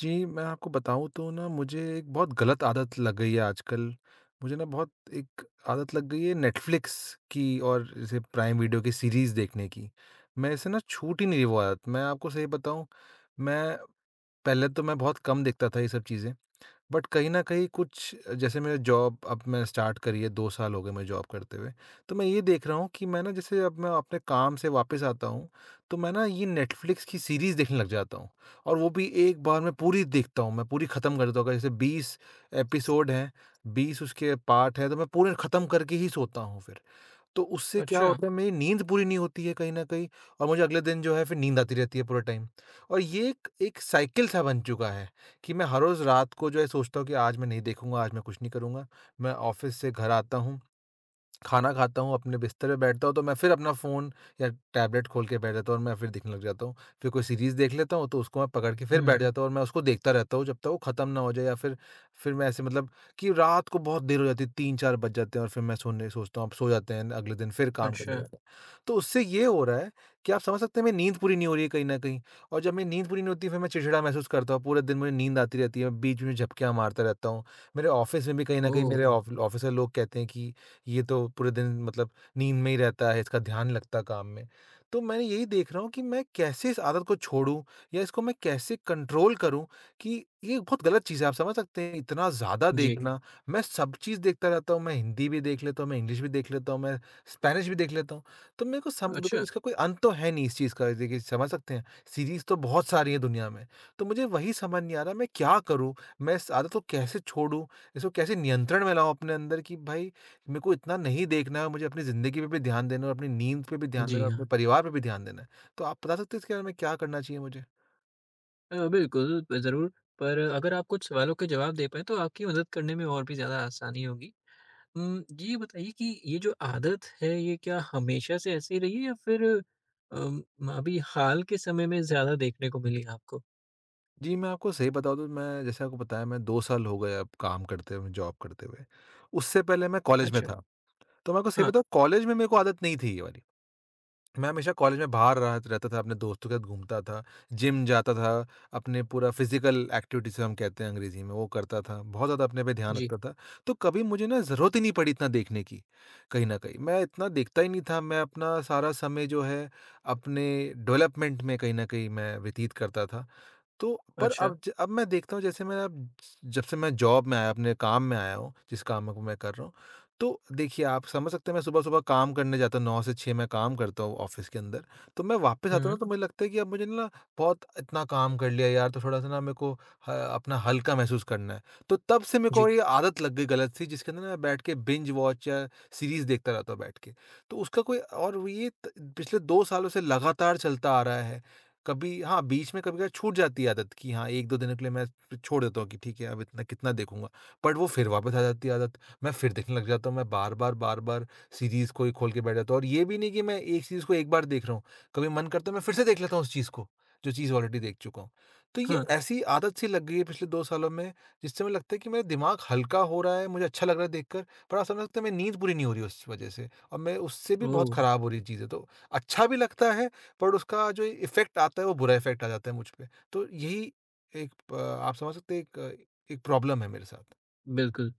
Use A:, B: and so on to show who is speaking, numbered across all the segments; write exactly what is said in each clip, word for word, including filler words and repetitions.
A: जी, मैं आपको बताऊँ तो ना मुझे एक बहुत गलत आदत लग गई है आजकल। मुझे ना बहुत एक आदत लग गई है नेटफ्लिक्स की और जैसे प्राइम वीडियो की सीरीज़ देखने की। मेरे से ना छूट ही नहीं रही वो आदत। मैं आपको सही बताऊँ। मैं पहले तो मैं बहुत कम देखता था ये सब चीज़ें। बट कहीं न कहीं कुछ जैसे मैंने जॉब अब मैंने स्टार्ट करी है दो साल हो गए मैं जॉब करते हुए। तो मैं ये देख रहा हूँ कि मैं ना जैसे अब मैं अपने काम से वापस आता हूँ, तो मैं ना ये नेटफ्लिक्स की सीरीज़ देखने लग जाता हूँ और वो भी एक बार में पूरी देखता हूँ, मैं पूरी खत्म कर देता हूँ। अगर जैसे बीस एपिसोड हैं, बीस उसके पार्ट हैं, तो मैं पूरे खत्म करके ही सोता हूँ फिर। तो उससे क्या
B: अच्छा।
A: होता है, मेरी नींद पूरी नहीं होती है कहीं न कहीं, और मुझे अगले दिन जो है फिर नींद आती रहती है पूरे टाइम। और ये एक एक साइकिल सा बन चुका है कि मैं हर रोज़ रात को जो है सोचता हूँ कि आज मैं नहीं देखूँगा, आज मैं कुछ नहीं करूँगा। मैं ऑफ़िस से घर आता हूँ, खाना खाता हूँ, अपने बिस्तर पे बैठता हूँ, तो मैं फिर अपना फ़ोन या टैबलेट खोल के बैठ जाता हूँ और मैं फिर देखने लग जाता हूँ। फिर कोई सीरीज़ देख लेता हूँ, तो उसको मैं पकड़ के फिर
B: हुँ।
A: बैठ जाता हूँ और मैं उसको देखता रहता हूँ, जब तक वो खत्म ना हो जाए। या फिर फिर मैं ऐसे मतलब कि रात को बहुत देर हो जाती है, तीन चार बज जाते हैं और फिर मैं सोने सोचता हूँ, अब सो जाते हैं, अगले दिन फिर काम करने
B: अच्छा।
A: लगते हैं। तो उससे ये हो रहा है कि आप समझ सकते हैं, मेरी नींद पूरी नहीं हो रही है कहीं न कहीं, और जब मेरी नींद पूरी नहीं होती है, फिर मैं चिड़चिड़ा महसूस करता हूँ। पूरे दिन मुझे नींद आती रहती है, मैं बीच में झपकियाँ मारता रहता हूँ। मेरे ऑफ़िस में भी कहीं न कहीं
B: ओह!
A: मेरे ऑफ़ ऑफ़िस के लोग कहते हैं कि ये तो पूरे दिन मतलब नींद में ही रहता है, इसका ध्यान लगता काम में। तो मैं यही देख रहा हूँ कि मैं कैसे इस आदत को छोड़ूँ या इसको मैं कैसे कंट्रोल करूँ, कि ये बहुत गलत चीज़ है, आप समझ सकते हैं इतना ज़्यादा
B: जी।
A: देखना। मैं सब चीज़ देखता रहता हूँ, मैं हिंदी भी देख लेता हूँ, मैं इंग्लिश भी देख लेता हूँ, मैं स्पेनिश भी देख लेता हूँ। तो मेरे को सम बिल्कुल
B: अच्छा।
A: इसका कोई अंत तो है नहीं इस चीज़ का, देखिए समझ सकते हैं, सीरीज़ तो बहुत सारी हैं दुनिया में। तो मुझे वही समझ नहीं आ रहा मैं क्या करूँ? मैं इस आदत को कैसे छोड़ूँ? इसको कैसे नियंत्रण में लाऊँ अपने अंदर कि भाई मेरे को इतना नहीं देखना है, मुझे अपनी ज़िंदगी पे भी ध्यान देना है और अपनी नींद पे भी ध्यान देना
B: जी
A: है, हुँ।
B: हाँ।
A: अपने परिवार पे भी ध्यान देना है। तो आप बता सकते हैं इसके बारे में क्या करना चाहिए मुझे?
B: अ, बिल्कुल, ब ज़रूर, पर अगर आप कुछ सवालों के जवाब दे पाएँ, तो आपकी मदद करने में और भी ज़्यादा आसानी होगी। उम, ये बताइए कि ये जो आदत है, ये क्या हमेशा से ऐसे ही रही है, या फिर अम, अभी हाल के समय में ज़्यादा देखने को मिली आपको?
A: जी, मैं आपको सही बताऊँ तो मैं जैसे आपको बताया मैं दो साल हो गए अब काम करते हुए, जॉब करते हुए। उससे पहले मैं कॉलेज में
B: अच्छा।
A: था। तो मैं आपको सही
B: हाँ।
A: बताऊँ, कॉलेज में मेरे को आदत नहीं थी ये वाली। मैं हमेशा कॉलेज में बाहर रहा रहता था, अपने दोस्तों के साथ घूमता था, जिम जाता था, अपने पूरा फिज़िकल एक्टिविटी जिसे हम कहते हैं अंग्रेज़ी में, वो करता था। बहुत ज़्यादा अपने पे ध्यान
B: जी।
A: रखता था। तो कभी मुझे ना ज़रूरत ही नहीं पड़ी इतना देखने की, कहीं न कहीं। मैं इतना देखता ही नहीं था, मैं अपना सारा समय जो है, अपने डेवलपमेंट में कहीं न कहीं मैं व्यतीत करता था। तो पर
B: अच्छा।
A: अब ज अब मैं देखता हूँ जैसे मैं अब जब से मैं जॉब में आया, अपने काम में आया हूँ, जिस काम को मैं कर रहा हूँ, तो देखिए आप समझ सकते हैं मैं सुबह-सुबह काम करने जाता हूँ, नौ से छह मैं काम करता हूँ ऑफ़िस के अंदर। तो मैं वापस आता हूँ
B: हुँ।
A: ना, तो मुझे लगता है कि अब मुझे ना बहुत इतना काम कर लिया यार, तो थोड़ा-सा ना मेरे को ह अपना हल्का महसूस करना है। तो तब से मेरे को
B: जी।
A: ये आदत लग गई गलत सी, जिसके अंदर ना मैं बैठ के बिंज वॉच या सीरीज़ देखता रहता हूँ बैठ के। तो उसका कोई और ये त पिछले दो सालों से लगातार चलता आ रहा है। कभी हाँ, बीच में कभी-कभार छूट जाती है आदत कि हाँ, एक दो दिनों के लिए मैं फिर छोड़ देता हूँ कि ठीक है, अब इतना कितना देखूँगा। बट वो फिर वापस आ जाती है आदत, मैं फिर देखने लग जाता हूँ, मैं बार-बार, बार-बार सीरीज़ को ही खोल के बैठ जाता हूँ, और ये भी नहीं कि मैं एक चीज़ को एक बार देख रहा हूँ, कभी मन करता है मैं फिर से देख लेता हूँ उस चीज़ को, जो चीज़ ऑलरेडी देख चुका हूँ। तो ये
B: हाँ।
A: ऐसी आदत सी लग गई है पिछले दो सालों में, जिससे मुझे लगता है कि मेरा दिमाग हल्का हो रहा है, मुझे अच्छा लग रहा है देखकर, पर आप समझ सकते हैं मेरी नींद पूरी नहीं हो रही है उस वजह से, और मैं उससे भी बहुत
B: ओह!
A: खराब हो रही चीज़ है। तो अच्छा भी लगता है, बट उसका जो इफ़ेक्ट आता है वो बुरा इफ़ेक्ट आ जाता है मुझ पे। तो यही एक प आप समझ सकते हैं एक एक प्रॉब्लम है मेरे साथ।
B: बिल्कुल।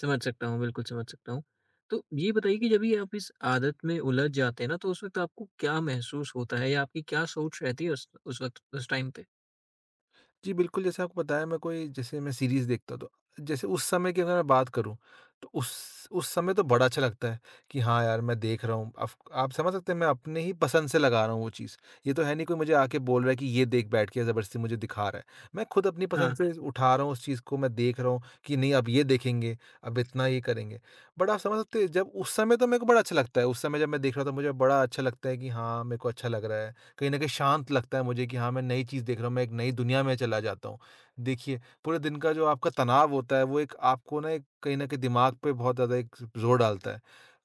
B: समझ सकता हूँ, बिल्कुल समझ सकता हूँ। तो ये बताइए कि जब ये आप इस आदत में उलझ जाते हैं ना, तो उस वक़्त आपको क्या महसूस होता है, या आपकी क्या सोच रहती है उस उस वक़्त, उस टाइम पे?
A: जी, बिल्कुल, जैसे आपको बताया, मैं कोई जैसे मैं सीरीज़ देखता हूं, तो जैसे उस समय की अगर मैं बात करूँ, तो उस उस समय तो बड़ा अच्छा लगता है कि हाँ यार, मैं देख रहा हूँ। अब आप समझ सकते हैं मैं अपने ही पसंद से लगा रहा हूँ वो चीज़। ये तो है नहीं कोई मुझे आके बोल रहा है कि ये देख, बैठ के ज़बरदस्ती मुझे दिखा रहा है। मैं खुद अपनी पसंद
B: हाँ।
A: से उठा रहा हूँ उस चीज़ को, मैं देख रहा हूँ कि नहीं अब ये देखेंगे, अब इतना ये करेंगे। बट आप समझ सकते हैं जब उस समय तो मेरे को बड़ा अच्छा लगता है। उस समय जब मैं देख रहा था मुझे बड़ा अच्छा लगता है कि हाँ, मेरे को अच्छा लग रहा है। कहीं न कहीं शांत लगता है मुझे कि हाँ, मैं नई चीज़ देख रहा हूँ, मैं एक नई दुनिया में चला जाता हूँ। देखिए, पूरे दिन का जो आपका तनाव होता है, वो एक आपको ना एक कहीं न कहीं दिमाग पे बहुत ज़्यादा एक ज़ोर डालता है,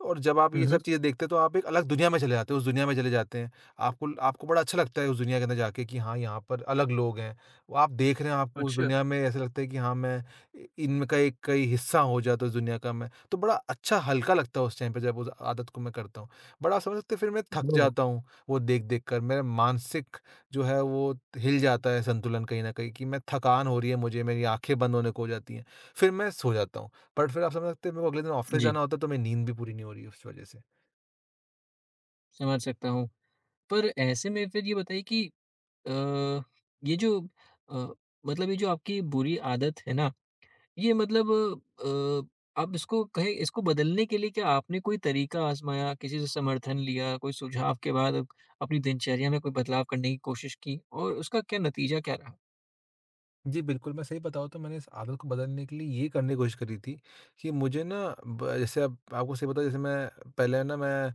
A: और जब आप
B: हुँ,
A: ये सब
B: हुँ।
A: चीज़ें देखते हैं, तो आप एक अलग दुनिया में चले जाते हैं, उस दुनिया में चले जाते हैं। आपको आपको बड़ा अच्छा लगता है उस दुनिया के अंदर जाके कि हाँ, यहाँ पर अलग लोग हैं। वो आप देख रहे हैं, आपको उस
B: अच्छा।
A: दुनिया में ऐसा लगता है कि हाँ, मैं इ इनका एक कहीं हिस्सा हो जाता हूँ, इस दुनिया का मैं। तो बड़ा अच्छा हल्का लगता है उस टाइम पे जब उस आदत को मैं करता हूँ। बड़ा आप समझ सकते हैं, फिर मैं थक
B: ओह!
A: जाता हूँ। वो देख-देख कर मेरा मानसिक जो है वो हिल जाता है संतुलन कहीं न कहीं, कि मैं थकान हो रही है मुझे, मेरी आँखें बंद होने को हो जाती हैं। फिर मैं सो जाता हूँ। बट फिर आप समझ सकते हैं मेरे को अगले दिन ऑफ़िस
B: जी,
A: जाना होता है, तो मेरी नींद भी पूरी नहीं हो रही है उस वज़ह से।
B: समझ सकता हूँ। पर ऐसे में फिर ये बताइए कि अ, ये जो अ, मतलब, ये जो आपकी बुरी आदत है ना, ये मतलब अ, आप इसको कहें, इसको बदलने के लिए क्या आपने कोई तरीका आज़माया, किसी से समर्थन लिया, कोई सुझाव के बाद अप अपनी दिनचर्या में कोई बदलाव करने की कोशिश की, और उसका क्या नतीजा क्या रहा?
A: जी, बिल्कुल, मैं सही बताऊँ तो मैंने इस आदत को बदलने के लिए ये करने की कोशिश करी थी, कि मुझे ना ब जैसे अब आपको सही बताऊँ, जैसे मैं पहले ना मैं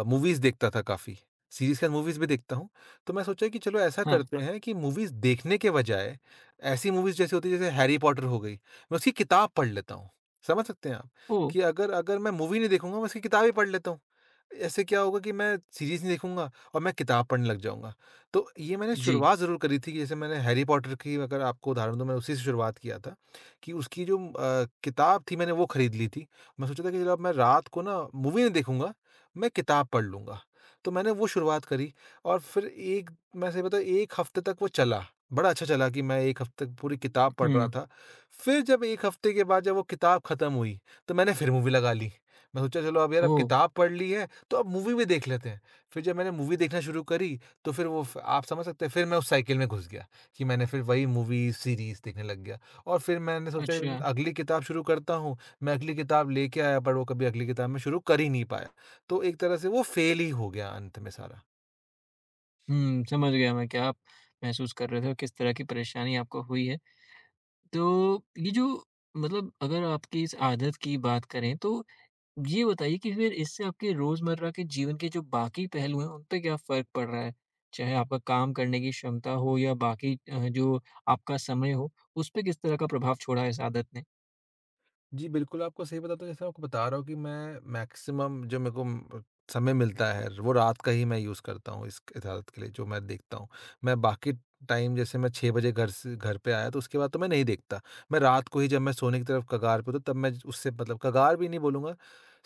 A: अ, मूवीज़ देखता था काफ़ी, सीरीज़ के साथ मूवीज़ भी देखता हूँ। तो मैं सोचा कि चलो ऐसा
B: हाँ।
A: करते हैं कि मूवीज़ देखने के बजाय, ऐसी मूवीज़ जैसे होती है जैसे हैरी पॉटर हो गई, मैं उसकी किताब पढ़ लेता हूँ। समझ सकते हैं आप?
B: ओह!
A: कि अगर अगर मैं मूवी नहीं देखूँगा मैं उसकी किताब ही पढ़ लेता हूँ। ऐसे क्या होगा कि मैं सीरीज़ नहीं देखूँगा और मैं किताब पढ़ने लग जाऊँगा। तो ये मैंने
B: जी।
A: शुरुआत ज़रूर करी थी, कि जैसे मैंने हैरी पॉटर की, अगर आपको उदाहरण दूँ, मैं उसी से शुरुआत किया था, कि उसकी जो अ, किताब थी मैंने वो खरीद ली थी। मैं सोचा था कि चलो अब मैं रात को ना मूवी नहीं देखूँगा, मैं किताब पढ़ लूँगा। तो मैंने वो शुरुआत करी और फिर एक मैं सही बताऊँ एक हफ़्ते तक वो चला। बड़ा अच्छा चला कि मैं एक हफ़्ते तक पूरी किताब पढ़ रहा
B: हुँ,
A: था। फिर जब एक हफ़्ते के बाद जब वो किताब ख़त्म हुई, तो मैंने फिर मूवी लगा ली। मैं सोचा चलो अब यार अब
B: ओह!
A: किताब पढ़ ली है, तो अब मूवी भी देख लेते हैं। फिर जब मैंने मूवी देखना शुरू करी, तो फिर वो फ आप समझ सकते हैं फिर मैं उस साइकिल में घुस गया, कि मैंने फिर वही मूवीज़, सीरीज़ देखने लग गया, और फिर मैंने सोचा
B: अच्छा।
A: अगली किताब शुरू करता हूँ, मैं अगली किताब लेके आया पर वो कभी अगली किताब मैं शुरू कर ही नहीं पाया। तो एक तरह से वो फ़ेल ही हो गया अंत में सारा।
B: हुँ, समझ गया मैं क्या आप महसूस कर रहे थे और किस तरह की परेशानी आपको हुई है। तो ये जो मतलब, अगर आपकी इस आदत की बात करें, तो ये बताइए कि फिर इससे आपके रोजमर्रा के जीवन के जो बाकी पहलू हैं, उन पे क्या फ़र्क पड़ रहा है? चाहे आपका काम करने की क्षमता हो, या बाकी अ, जो आपका समय हो, उस पे किस तरह का प्रभाव छोड़ा है इस आदत ने?
A: जी, बिल्कुल, आपको सही बताऊँ तो जैसे मैं आपको बता रहा हूँ कि मैं मैक्सिमम जो मेरे को म समय मिलता है, वो रात का ही मैं यूज़ करता हूँ इस इजाज़त के लिए जो मैं देखता हूँ। मैं बाकी टाइम जैसे मैं छह बजे घर से घर पे आया, तो उसके बाद तो मैं नहीं देखता। मैं रात को ही जब मैं सोने की तरफ कगार पे होता हूँ, तब मैं उससे मतलब कगार भी नहीं बोलूँगा,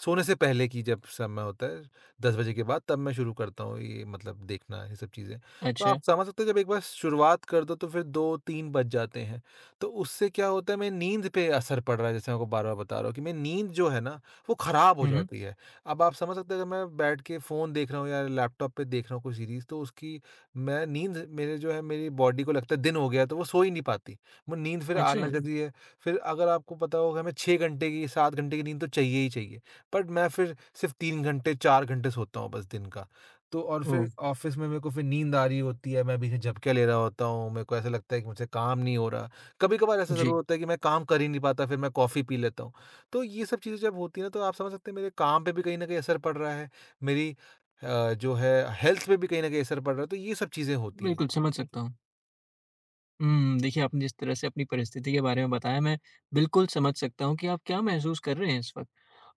A: सोने से पहले की जब समय होता है दस बजे के बाद, तब मैं शुरू करता हूँ ये मतलब देखना ये सब चीज़ें। तो
B: अच्छा।
A: आप समझ सकते हो, जब एक बार शुरुआत कर दो तो फिर दो तीन बज जाते हैं। तो उससे क्या होता है, मेरी नींद पे असर पड़ रहा है, जैसे मैं आपको बार-बार बता रहा हूँ कि मेरी नींद जो है ना, वो खराब हो
B: हुँ, हुँ।
A: जाती है। अब आप समझ सकते हैं अगर मैं बैठ के फ़ोन देख रहा हूँ या लैपटॉप पे देख रहा हूँ कोई सीरीज़, तो उसकी मैं नींद मेरे जो है मेरी बॉडी को लगता है दिन हो गया है, तो वो सो ही नहीं पाती। वो नींद फिर आने
B: अच्छा।
A: लग जाती है। फिर अगर आपको पता होगा हमें छह घंटे की, सात घंटे की नींद तो चाहिए ही चाहिए, बट मैं फिर सिर्फ़ तीन घंटे, चार घंटे सोता हूँ बस दिन का। तो और
B: ओह!
A: फिर ऑफ़िस में मेरे को फिर नींद आ रही होती है, मैं बीच में झपकियाँ ले रहा होता हूँ, मेरे को ऐसा लगता है कि मुझसे काम नहीं हो रहा। कभी-कभार ऐसा
B: जी,
A: ज़रूर होता है कि मैं काम कर ही नहीं पाता, फिर मैं कॉफ़ी पी लेता हूँ। तो ये सब चीज़ें जब होती हैं ना, तो आप समझ सकते हैं मेरे काम पे भी कहीं न कहीं असर पड़ रहा है, मेरी अ, जो है हेल्थ पे भी कहीं न कहीं असर पड़ रहा है, तो ये सब चीज़ें होती हैं।
B: बिल्कुल समझ सकता हूँ। हुँ, देखिए, आपने जिस तरह से अपनी परिस्थिति के बारे में बताया, मैं बिल्कुल समझ सकता हूँ कि आप क्या महसूस कर रहे हैं इस वक़्त।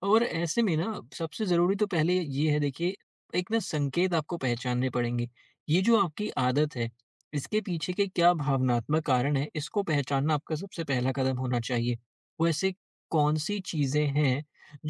B: और ऐसे में ना, सबसे ज़रूरी तो पहले ये है, देखिए, एक ना संकेत आपको पहचानने पड़ेंगे। ये जो आपकी आदत है, इसके पीछे के क्या भावनात्मक कारण हैं, इसको पहचानना आपका सबसे पहला कदम होना चाहिए। वैसे कौन-सी चीज़ें हैं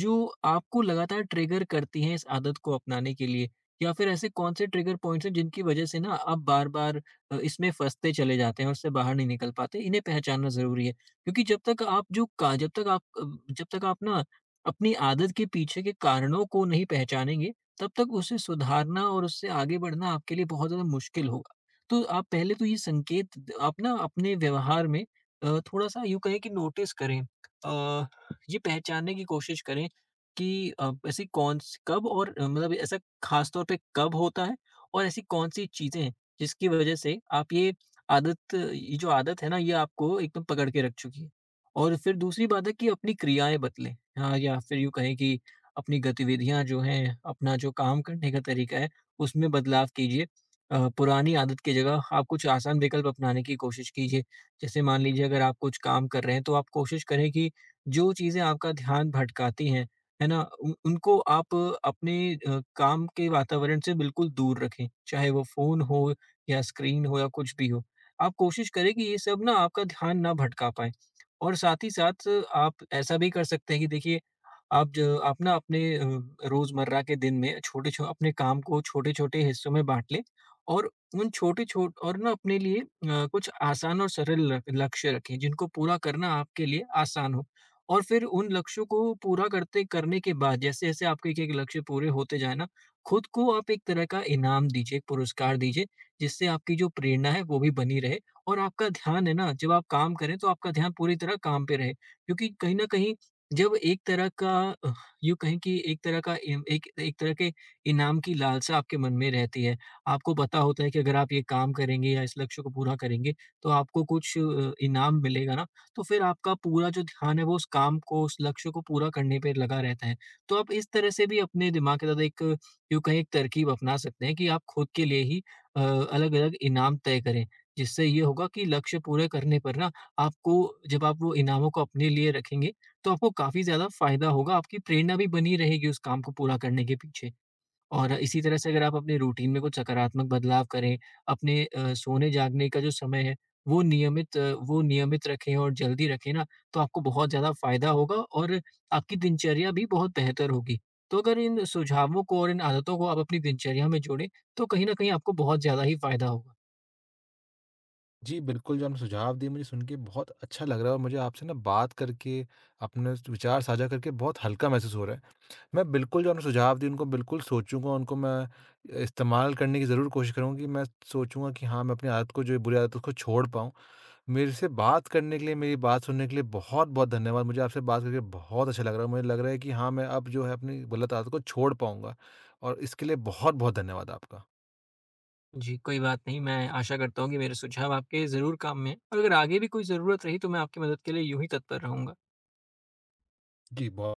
B: जो आपको लगातार ट्रिगर करती हैं इस आदत को अपनाने के लिए? या फिर ऐसे कौन से ट्रिगर पॉइंट्स हैं जिनकी वजह से ना आप बार-बार अ, इसमें फँसते चले जाते हैं और उससे बाहर नहीं निकल पाते, इन्हें पहचानना ज़रूरी है। क्योंकि जब तक आप जो का जब तक आप अ, जब तक आप ना अपनी आदत के पीछे के कारणों को नहीं पहचानेंगे, तब तक उसे सुधारना और उससे आगे बढ़ना आपके लिए बहुत ज़्यादा मुश्किल होगा। तो आप पहले तो ये संकेत द आप ना अपने व्यवहार में अ, थोड़ा-सा यूँ कहें कि नोटिस करें। अ, ये पहचानने की कोशिश करें कि अ, ऐसी कौन-सी, कब और अ, मतलब, ऐसा ख़ास तौर पे कब होता है, और ऐसी कौन-सी चीज़ें हैं जिसकी वजह से आप ये आदत ये जो आदत है ना, ये आपको एकदम पकड़ के रख चुकी है। और फिर दूसरी बात है कि अपनी क्रियाएँ बदलें। हाँ, या फिर यूँ कहें कि अपनी गतिविधियाँ जो हैं, अपना जो काम करने का तरीका है, उसमें बदलाव कीजिए। अ, पुरानी आदत की जगह आप कुछ आसान विकल्प अपनाने की कोशिश कीजिए। जैसे मान लीजिए, अगर आप कुछ काम कर रहे हैं, तो आप कोशिश करें कि जो चीज़ें आपका ध्यान भटकाती हैं, है ना? उन उनको आप अपने अ, काम के वातावरण से बिल्कुल दूर रखें। चाहे वो फ़ोन हो, या स्क्रीन हो, या कुछ भी हो। आप कोशिश करें कि ये सब ना आपका ध्यान ना भटका पाएँ, और साथ ही साथ आप ऐसा भी कर सकते हैं कि देखिए, आप ज आप ना अपने अ, रोज़मर्रा के दिन में छोटे छो अपने काम को छोटे-छोटे हिस्सों में बाँट लें, और उन छोटे छो और ना अपने लिए अ, कुछ आसान और सरल ल लक्ष्य रखें जिनको पूरा करना आपके लिए आसान हो। और फिर उन लक्ष्यों को पूरा करते करने के बाद, जैसे-जैसे आपके एक-एक लक्ष्य पूरे होते जाएँ ना, खुद को आप एक तरह का इनाम दीजिए, एक पुरस्कार दीजिए, जिससे आपकी जो प्रेरणा है वो भी बनी रहे, और आपका ध्यान है ना, जब आप काम करें तो आपका ध्यान पूरी तरह काम पे रहे, क्योंकि कहीं न कहीं जब एक तरह का अ, यूँ कहें कि एक तरह का इम एक एक तरह के इनाम की लालसा आपके मन में रहती है। आपको पता होता है कि अगर आप ये काम करेंगे या इस लक्ष्य को पूरा करेंगे, तो आपको कुछ अ, इनाम मिलेगा ना, तो फिर आपका पूरा जो ध्यान है, वो उस काम को, उस लक्ष्य को पूरा करने पे लगा रहता है। तो आप इस तरह से भी अपने दिमाग के साथ एक यूँ कहें, एक तरकीब अपना सकते हैं कि आप खुद के लिए ही अ, अलग-अलग इनाम तय करें। जिससे ये होगा कि लक्ष्य पूरे करने पर ना, आपको, जब आप वो इनामों को अपने लिए रखेंगे, तो आपको काफ़ी ज़्यादा फ़ायदा होगा, आपकी प्रेरणा भी बनी रहेगी उस काम को पूरा करने के पीछे। और इसी तरह से, अगर आप अपने रूटीन में कुछ सकारात्मक बदलाव करें, अपने अ, सोने-जागने का जो समय है, वो नियमित अ, वो नियमित रखें और जल्दी रखें ना, तो आपको बहुत ज़्यादा फ़ायदा होगा, और आपकी दिनचर्या भी बहुत बेहतर होगी। तो अगर इन सुझावों को और इन आदतों को आप अपनी दिनचर्या में जोड़ें, तो कहीं न कहीं आपको बहुत ज़्यादा ही फ़ायदा होगा।
A: जी, बिल्कुल, जो आपने सुझाव दिए मुझे सुन के बहुत अच्छा लग रहा है, और मुझे आपसे ना बात करके, अपने स विचार साझा करके बहुत हल्का महसूस हो रहा है। मैं बिल्कुल जो आपने सुझाव दिए उनको बिल्कुल सोचूँगा, उनको मैं इस्तेमाल करने की ज़रूर कोशिश करूँगा, कि मैं सोचूँगा कि हाँ, मैं अपनी आदत को जो ये बुरी आदत है उसको छोड़ पाऊँ। मेरे से बात करने के लिए, मेरी बात सुनने के लिए बहुत-बहुत धन्यवाद। मुझे आपसे बात करके बहुत अच्छा लग रहा है। मुझे लग रहा है कि हाँ, मैं अब जो है अपनी गलत आदत को छोड़ पाऊँगा, और इसके लिए बहुत-बहुत धन्यवाद आपका।
B: जी, कोई बात नहीं। मैं आशा करता हूँ कि मेरे सुझाव आपके ज़रूर काम में आएँ, और अगर आगे भी कोई ज़रूरत रही तो मैं आपकी मदद के लिए यूँ ही तत्पर रहूँगा।
A: जी, बहुत